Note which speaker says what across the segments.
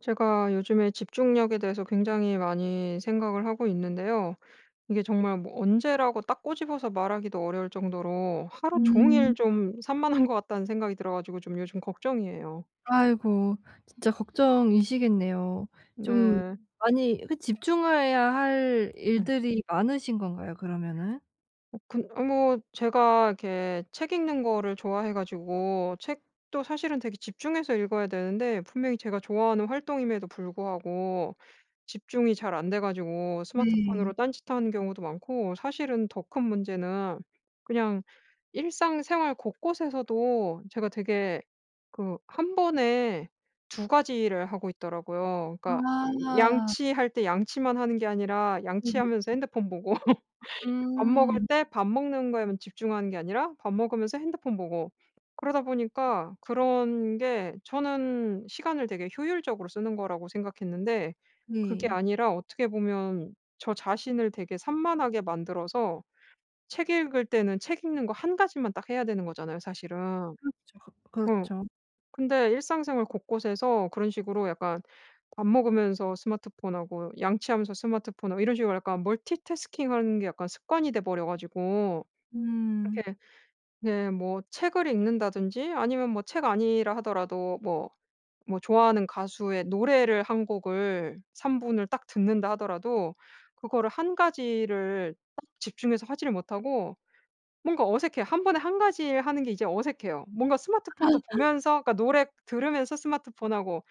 Speaker 1: 제가 요즘에 집중력에 대해서 굉장히 많이 생각을 하고 있는데요. 이게 정말 뭐 언제라고 딱 꼬집어서 말하기도 어려울 정도로 하루 종일
Speaker 2: 음.
Speaker 1: 좀 산만한 것 같다는 생각이 들어 가지고 좀 요즘 걱정이에요.
Speaker 2: 아이고 진짜 걱정이시겠네요. 좀
Speaker 1: 네.
Speaker 2: 많이 집중해야 할
Speaker 1: 음.
Speaker 2: 일들이 많으신 건가요 그러면은?
Speaker 1: 뭐 제가 이렇게 책 읽는 거를 좋아해 가지고, 책도 사실은 되게 집중해서 읽어야 되는데 분명히 제가 좋아하는 활동임에도 불구하고 집중이 잘 안 돼 가지고 스마트폰으로
Speaker 2: 네.
Speaker 1: 딴짓하는 경우도 많고, 사실은 더 큰 문제는 그냥 일상생활 곳곳에서도 제가 되게 그 한 번에 두 가지를 하고 있더라고요. 그러니까 이
Speaker 2: 아.
Speaker 1: 양치할 때 양치만 하는 게 아니라
Speaker 2: 네네.
Speaker 1: 양치하면서 핸드폰 보고 밥 먹을
Speaker 2: 음.
Speaker 1: 때 밥 먹는 거에만 집중하는 게 아니라 밥 먹으면서 핸드폰 보고, 그러다 보니까 그런 게 저는 시간을 되게 효율적으로 쓰는 거라고 생각했는데, 그게
Speaker 2: 네.
Speaker 1: 아니라 어떻게 보면 저 자신을 되게 산만하게 만들어서. 책 읽을 때는 책 읽는 거 한 가지만 딱 해야 되는 거잖아요 사실은.
Speaker 2: 저 그
Speaker 1: 어
Speaker 2: 그렇죠.
Speaker 1: 근데 일상생활 곳곳에서 그런 식으로 약간 밥 먹으면서 스마트폰하고 양치하면서 스마트폰하고 이런 식으로 약간 멀티태스킹하는 게 약간 습관이 돼 버려 가지고
Speaker 2: 음.
Speaker 1: 이렇게, 네, 뭐 책을 읽는다든지 아니면 뭐 책 아니라 하더라도 뭐 좋아하는 가수의 노래를 한 곡을 3분 분을 딱 듣는다 하더라도 그거를 한 가지를 딱 집중해서 하지를 못하고 뭔가 어색해요. 한 번에 한 가지 일 하는 게 이제 어색해요. 뭔가 스마트폰도 보면서, 그러니까 노래 들으면서 스마트폰하고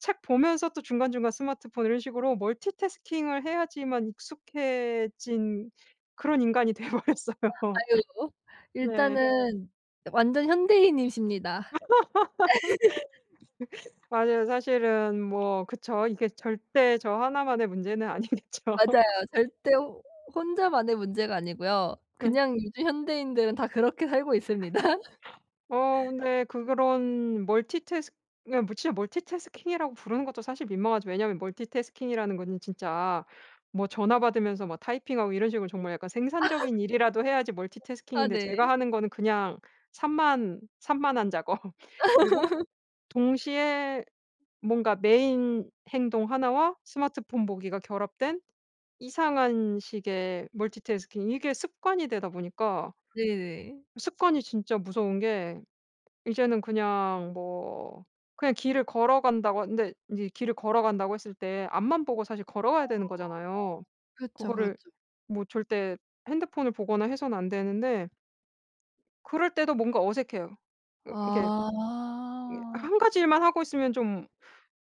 Speaker 1: 책 보면서 또 중간중간 스마트폰, 이런 식으로 멀티태스킹을 해야지만 익숙해진 그런 인간이 돼 버렸어요.
Speaker 2: 아유,
Speaker 1: 네.
Speaker 2: 일단은 완전 현대인이십니다.
Speaker 1: 맞아요. 사실은 뭐 그쵸. 이게 절대 저 하나만의 문제는 아니겠죠.
Speaker 2: 맞아요. 절대 호 혼자만의 문제가 아니고요.
Speaker 1: 네.
Speaker 2: 그냥 요즘 현대인들은 다 그렇게 살고 있습니다.
Speaker 1: 어 근데 그런 멀티태스킹, 진짜 멀티태스킹이라고 부르는 것도 사실 민망하죠. 왜냐하면 멀티태스킹이라는 거는 진짜 뭐 전화 받으면서 막 타이핑하고 이런 식으로 정말 약간 생산적인 일이라도 해야지
Speaker 2: 아
Speaker 1: 멀티태스킹인데,
Speaker 2: 네.
Speaker 1: 제가 하는 거는 그냥 산만한 작업. 그리고 동시에 뭔가 메인 행동 하나와 스마트폰 보기가 결합된 이상한 식의 멀티태스킹, 이게 습관이 되다 보니까.
Speaker 2: 네네.
Speaker 1: 습관이 진짜 무서운 게, 이제는 그냥 뭐 그냥 길을 걸어간다고, 근데 이제 길을 걸어간다고 했을 때 앞만 보고 사실 걸어가야 되는 거잖아요.
Speaker 2: 그렇죠,
Speaker 1: 그거를
Speaker 2: 그렇죠.
Speaker 1: 뭐 절대 핸드폰을 보거나 해서는 안 되는데 그럴 때도 뭔가 어색해요. 이 이렇게
Speaker 2: 아.
Speaker 1: 한 가지 일만 하고 있으면 좀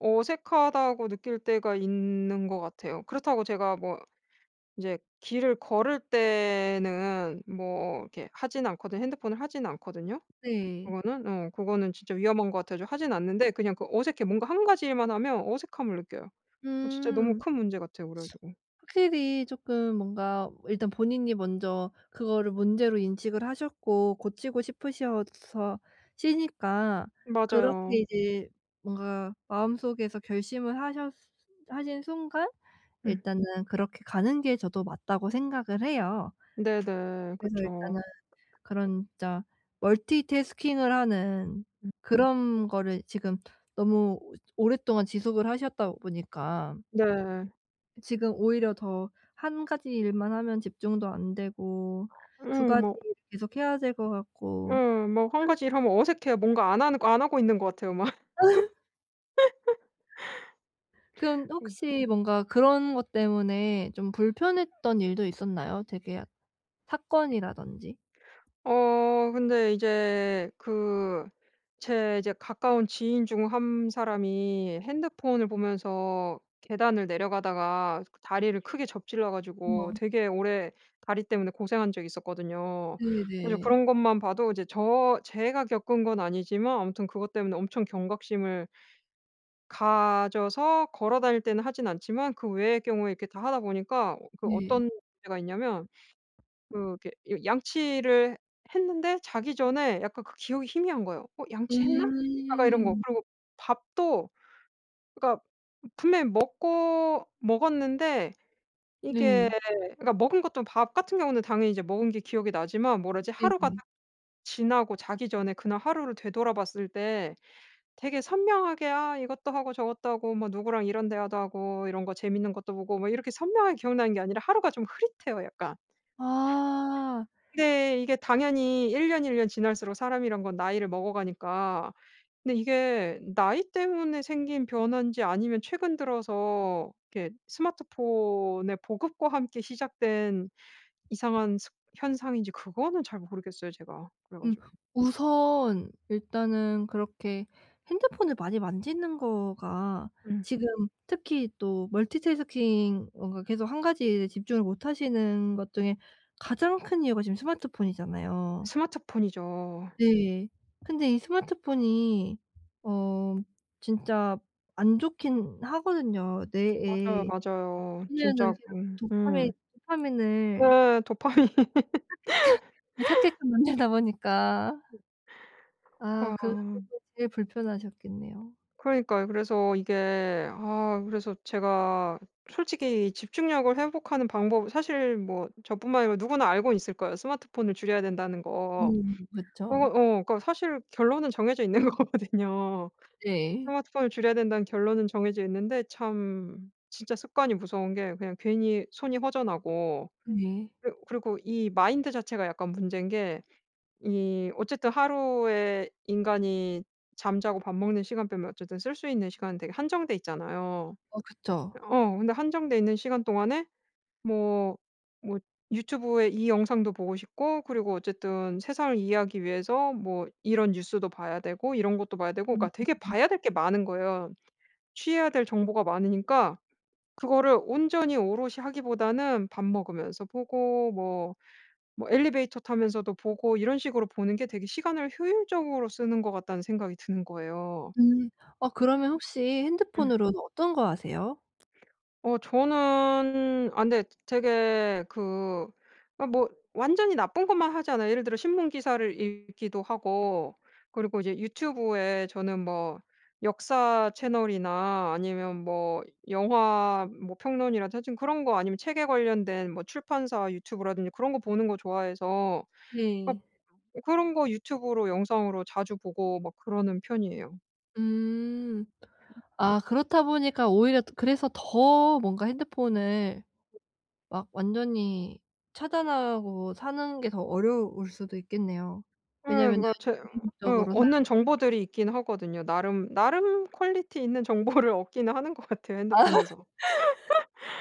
Speaker 1: 어색하다고 느낄 때가 있는 것 같아요. 그렇다고 제가 뭐 이제 길을 걸을 때는 뭐 이렇게 하진 않거든요. 핸드폰을 하진 않거든요.
Speaker 2: 네.
Speaker 1: 그거는, 어, 그거는 진짜 위험한 것 같아 가지고 하진 않는데, 그냥 그 어색해. 뭔가 한 가지 일만 하면 어색함을 느껴요. 어 진짜 너무
Speaker 2: 음.
Speaker 1: 큰 문제 같아요 그래 가지고.
Speaker 2: 확실히 쪼끔 뭔가 일단 본인이 먼저 그거를 문제로 인식을 하셨고 고치고 싶으셔서 시니까 그렇게
Speaker 1: 맞아요.
Speaker 2: 이제 뭔가 마음속에서 결심을 하셨 하신 순간
Speaker 1: 음.
Speaker 2: 일단은 그렇게 가는 게 저도 맞다고 생각을 해요.
Speaker 1: 네네.
Speaker 2: 그래서
Speaker 1: 그쵸.
Speaker 2: 일단은 그런 진짜 멀티태스킹을 하는 그런 거를 지금 너무 오랫동안 지속을 하셨다 보니까
Speaker 1: 네.
Speaker 2: 지금 오히려 더 한 가지 일만 하면 집중도 안 되고 두 가지
Speaker 1: 뭐.
Speaker 2: 일을 계속 해야 될 것 같고.
Speaker 1: 예. 뭐한 가지 일 하면 어색해요. 뭔가 안 하고 있는 것 같아요 막.
Speaker 2: 그럼 혹시 뭔가 그런 것 때문에 좀 불편했던 일도 있었나요? 되게 약 사건이라든지?
Speaker 1: 어 근데 이제 그 제 이제 가까운 지인 중 한 사람이 핸드폰을 보면서 계단을 내려가다가 그 다리를 크게 접질러 가지고
Speaker 2: 우와.
Speaker 1: 되게 오래 다리 때문에 고생한 적이 있었거든요. 그래서
Speaker 2: 네네.
Speaker 1: 그런 것만 봐도, 이제 저 제가 겪은 건 아니지만 아무튼 그것 때문에 엄청 경각심을 가져서 걸어 다닐 때는 하진 않지만, 그 외의 경우에 이렇게 다 하다 보니까, 어, 그
Speaker 2: 네.
Speaker 1: 어떤 문제가 있냐면, 그 이렇게 이 양치를 했는데 자기 전에 약간 그 기억이 희미한 거예요. '어 양치했나?'
Speaker 2: 음.
Speaker 1: 약간 이런 거. 음.
Speaker 2: 음.
Speaker 1: 그리고 밥도, 그러니까 분명히 먹고 먹었는데 이게,
Speaker 2: 네.
Speaker 1: 그러니까 먹은 것도 밥 같은 경우는 당연히 이제 먹은 게 기억이 나지만, 뭐라 하지, 하루가
Speaker 2: 네네.
Speaker 1: 딱 지나고 자기 전에 그날 하루를 되돌아봤을 때 되게 선명하게 '아 이것도 하고 저것도 하고 뭐 누구랑 이런 대화도 하고 이런 거 재밌는 것도 보고.' 뭐 이렇게 선명하게 기억나는 게 아니라, 하루가 좀 흐릿해요 약간.
Speaker 2: 아.
Speaker 1: 근데 이게 당연히 1년 1년 지날수록 사람이란 건 나이를 먹어가니까, 근데 이게 나이 때문에 생긴 변화인지 아니면 최근 들어서 이렇게 스마트폰의 보급과 함께 시작된 이상한 습 현상인지 그거는 잘 모르겠어요 제가. 그래
Speaker 2: 음.
Speaker 1: 가지고.
Speaker 2: 우선 일단은 그렇게 핸드폰을 많이 만지는 거가
Speaker 1: 음.
Speaker 2: 지금 특히 또 멀티태스킹 뭔가 계속 한 가지에 집중을 못 하시는 것
Speaker 1: 음.
Speaker 2: 중에 가장 큰 이유가 지금 스마트폰이잖아요.
Speaker 1: 스마트폰이죠.
Speaker 2: 네. 근데 이 스마트폰이 어 진짜 안 좋긴 하거든요,
Speaker 1: 맞아요,
Speaker 2: 뇌에.
Speaker 1: 맞아요.
Speaker 2: 왜냐면은
Speaker 1: 진짜
Speaker 2: 계속
Speaker 1: 음.
Speaker 2: 도파민을
Speaker 1: 네. 도파민.
Speaker 2: 그러니까 예 찾게끔 만들다 보니까.
Speaker 1: 와.
Speaker 2: 아 그게 제일 불편하셨겠네요.
Speaker 1: 그러니까요. 그래서 이게, 아 그래서 제가 솔직히 집중력을 회복하는 방법, 사실 뭐 저뿐만 아니라 누구나 알고 있을 거예요. 스마트폰을 줄여야 된다는 거.
Speaker 2: 음,
Speaker 1: 어
Speaker 2: 그쵸.
Speaker 1: 어, 그러니까 사실 결론은 정해져 있는 거거든요.
Speaker 2: 네.
Speaker 1: 스마트폰을 줄여야 된다는 결론은 정해져 있는데, 참 진짜 습관이 무서운 게 그냥 괜히 손이 허전하고.
Speaker 2: 네.
Speaker 1: 그리고 이 마인드 자체가 약간 문제인 게, 이 어쨌든 하루에 인간이 잠자고 밥 먹는 시간 빼면 어쨌든 쓸 수 있는 시간은 되게 한정돼 있잖아요.
Speaker 2: 어 그쵸.
Speaker 1: 어 근데 한정돼 있는 시간 동안에 뭐 뭐 유튜브에 이 영상도 보고 싶고, 그리고 어쨌든 세상을 이해하기 위해서 뭐 이런 뉴스도 봐야 되고 이런 것도 봐야 되고, 그러니까
Speaker 2: 음.
Speaker 1: 되게 봐야 될 게 많은 거예요. 취해야 될 정보가 많으니까 그거를 온전히 오롯이 하기보다는 밥 먹으면서 보고 뭐 엘리베이터 타면서도 보고, 이런 식으로 보는 게 되게 시간을 효율적으로 쓰는 것 같다는 생각이 드는 거예요.
Speaker 2: 음. 어 그러면 혹시 핸드폰
Speaker 1: 음.
Speaker 2: 으로 어떤 거 하세요?
Speaker 1: 어 저는, 아 근데 되게 그 아 뭐 완전히 나쁜 것만 하지 않아요. 예를 들어 신문 기사를 읽기도 하고, 그리고 이제 유튜브에 저는 뭐 역사 채널이나 아니면 뭐 영화 뭐 평론이라든지, 그런 거 아니면 책에 관련된 뭐 출판사 유튜브라든지 그런 거 보는 거 좋아해서
Speaker 2: 네.
Speaker 1: 예 그런 거 유튜브로 영상으로 자주 보고 막 그러는 편이에요.
Speaker 2: 음. 아 그렇다 보니까 오히려 더 그래서 더 뭔가 핸드폰을 막 완전히 차단하고 사는 게 더 어려울 수도 있겠네요.
Speaker 1: 예.
Speaker 2: 왜냐면은
Speaker 1: 그러니까 제
Speaker 2: 유적으
Speaker 1: 어,
Speaker 2: 로
Speaker 1: 얻는 정보들이 있긴 하거든요. 나름 나름 퀄리티 있는 정보를 얻기는 하는 것 같아요, 핸드폰에서.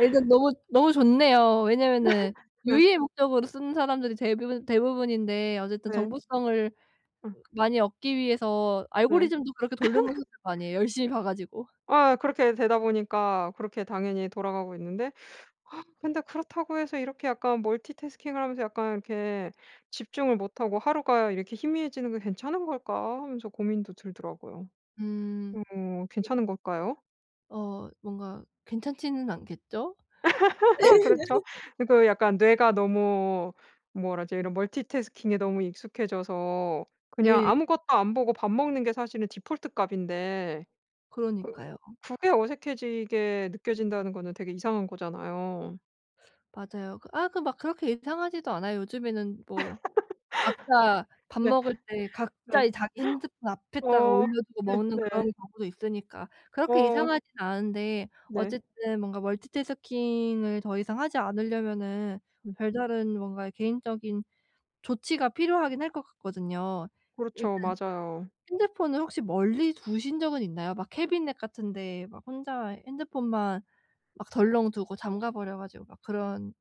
Speaker 2: 일단 너무 너무 좋네요. 왜냐면은
Speaker 1: 네.
Speaker 2: 유의의 목적으로 쓰는 사람들이 대부분인데 어쨌든
Speaker 1: 네.
Speaker 2: 정보성을
Speaker 1: 어
Speaker 2: 많이 얻기 위해서
Speaker 1: 네.
Speaker 2: 알고리즘도 그렇게 돌려놓으셨을 거 아니에요, 열심히 봐 가지고.
Speaker 1: 아 그렇게 되다 보니까 그렇게 당연히 돌아가고 있는데, 아, 근데 그렇다고 해서 이렇게 약간 멀티태스킹을 하면서 약간 이렇게 집중을 못하고 하루가 이렇게 희미해지는 게 괜찮은 걸까 하면서 고민도 들더라고요.
Speaker 2: 음.
Speaker 1: 어 괜찮은 걸까요?
Speaker 2: 어 뭔가 괜찮지는 않겠죠?
Speaker 1: 그렇죠. 그 약간 뇌가 너무, 뭐라 지, 이런 멀티태스킹에 너무 익숙해져서 그냥
Speaker 2: 예.
Speaker 1: 아무것도 안 보고 밥 먹는 게 사실은 디폴트 값인데 그
Speaker 2: 그러니까요.
Speaker 1: 그게 어색해지게 느껴진다는 거는 되게 이상한 거잖아요.
Speaker 2: 맞아요. 그렇게 이상하지도 않아요. 요즘에는 뭐 각자 밥
Speaker 1: 네.
Speaker 2: 먹을 때
Speaker 1: 네.
Speaker 2: 각자의 자기 핸드폰 앞에다가
Speaker 1: 어.
Speaker 2: 올려두고
Speaker 1: 네
Speaker 2: 먹는 그런
Speaker 1: 네.
Speaker 2: 경우도 있으니까 그렇게
Speaker 1: 어
Speaker 2: 이상하진 않은데
Speaker 1: 네.
Speaker 2: 어쨌든 뭔가 멀티태스킹을 더 이상 하지 않으려면은
Speaker 1: 음.
Speaker 2: 별다른 뭔가 개인적인 조치가 필요하긴 할 것 같거든요. 일단
Speaker 1: 그렇죠. 맞아요.
Speaker 2: 핸드폰을 혹시 멀리 두신 적은 있나요? 막 캐비넷 같은 데 막 혼자 핸드폰만 막 덜렁 두고 잠가 버려 가지고 막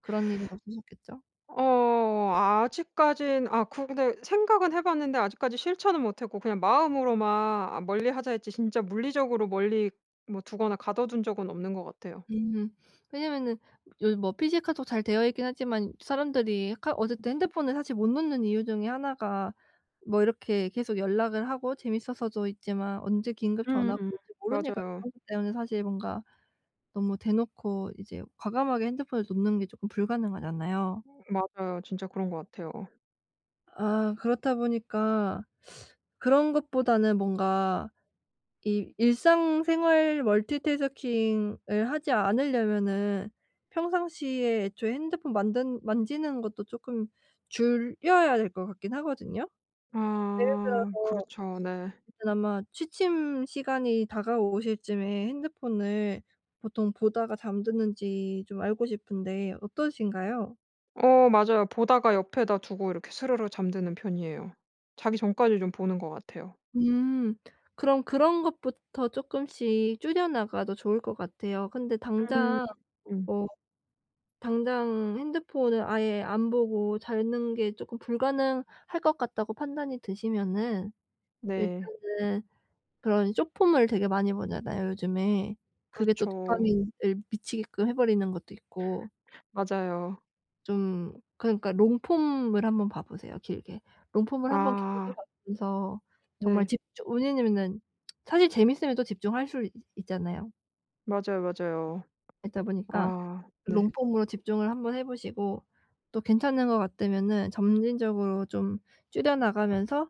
Speaker 2: 그런 일은 없으셨겠죠?
Speaker 1: 어 아직까진, 아 그 근데 생각은 해 봤는데 아직까지 실천은 못 했고, 그냥 마음으로만 아 멀리하자 했지 진짜 물리적으로 멀리 뭐 두거나 가둬 둔 적은 없는 것 같아요.
Speaker 2: 음. 왜냐면은 요즘 뭐 PC 카톡 잘 되어 있긴 하지만 사람들이 카 어쨌든 핸드폰을 사실 못 놓는 이유 중에 하나가 뭐 이렇게 계속 연락을 하고 재밌어서도 있지만 언제 긴급
Speaker 1: 음.
Speaker 2: 전화가 올지 모르니까
Speaker 1: 맞아요,
Speaker 2: 그런 것 때문에 사실 뭔가 너무 대놓고 이제 과감하게 핸드폰을 놓는 게 쪼끔 불가능하잖아요.
Speaker 1: 맞아요. 진짜 그런 것 같아요.
Speaker 2: 아 그렇다 보니까 그런 것보다는 뭔가 이 일상생활 멀티태스킹을 하지 않으려면은 평상시에 애초에 핸드폰 만든 만지는 것도 쪼끔 줄여야 될 것 같긴 하거든요. 예를
Speaker 1: 아
Speaker 2: 들어서
Speaker 1: 그렇죠. 네.
Speaker 2: 일단 아마 취침 시간이 다가오실 쯤에 핸드폰을 보통 보다가 잠드는지 좀 알고 싶은데 어떠신가요?
Speaker 1: 어 맞아요. 보다가 옆에다 두고 이렇게 스르르 잠드는 편이에요. 자기 전까지 좀 보는 것 같아요.
Speaker 2: 음. 그럼 그런 것부터 쪼끔씩 줄여 나가도 좋을 것 같아요. 근데
Speaker 1: 음.
Speaker 2: 당장
Speaker 1: 음.
Speaker 2: 어 당장 핸드폰을 아예 안 보고 자는 게 쪼끔 불가능할 것 같다고 판단이 드시면은
Speaker 1: 네.
Speaker 2: 일단은 그런 쇼폼을 되게 많이 보잖아요 요즘에. 그게 또
Speaker 1: 그렇죠.
Speaker 2: 도파민을 미치게끔 해 버리는 것도 있고,
Speaker 1: 맞아요.
Speaker 2: 좀 그러니까 롱폼을 한번 봐 보세요 길게. 롱폼을 한번 길게
Speaker 1: 아
Speaker 2: 봐보면서 정말
Speaker 1: 네.
Speaker 2: 집중 왜냐면은 사실 재밌으면 또 집중할 수 있 있잖아요.
Speaker 1: 맞아요, 맞아요.
Speaker 2: 있다 보니까
Speaker 1: 아 네.
Speaker 2: 롱폼으로 집중을 한번 해 보시고 또 괜찮은 것 같으면은 점진적으로 좀 줄여 나가면서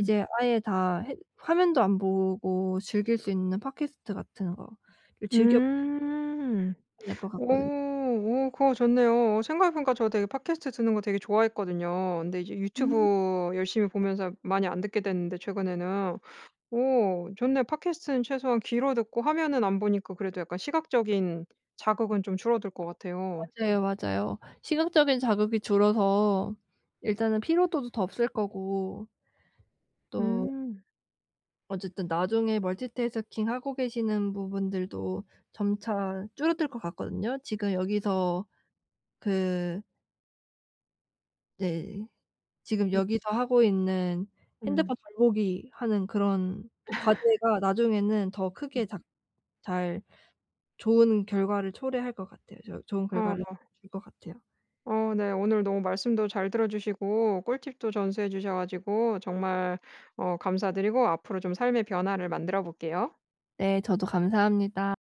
Speaker 1: 음.
Speaker 2: 아예 다 헤 화면도 안 보고 즐길 수 있는 팟캐스트 같은 거를 즐겨
Speaker 1: 음.
Speaker 2: 보셔야 될 것 같거든요.
Speaker 1: 오 오 그거 좋네요. 어 생각해 보니까 저 되게 팟캐스트 듣는 거 되게 좋아했거든요. 근데 이제
Speaker 2: 음.
Speaker 1: 유튜브 열심히 보면서 많이 안 듣게 됐는데 최근에는. 오 좋네. 팟캐스트는 최소한 귀로 듣고 화면은 안 보니까 그래도 약간 시각적인 자극은 좀 줄어들 것 같아요.
Speaker 2: 맞아요, 맞아요. 시각적인 자극이 줄어서 일단은 피로도도 더 없을 거고 또
Speaker 1: 음.
Speaker 2: 어쨌든 나중에 멀티태스킹 하고 계시는 부분들도 점차 줄어들 것 같거든요. 지금 여기서 그네 지금 여기서 하고 있는
Speaker 1: 음.
Speaker 2: 핸드폰 돌보기 하는 그런 과제가 나중에는 더 크게 작 잘 좋은 결과를 초래할 것 같아요. 좋은
Speaker 1: 어.
Speaker 2: 결과를 줄 것 같아요.
Speaker 1: 어 네. 오늘 너무 말씀도 잘 들어 주시고 꿀팁도 전수해 주셔 가지고 정말, 어 감사드리고 앞으로 좀 삶의 변화를 만들어 볼게요.
Speaker 2: 네. 저도 감사합니다.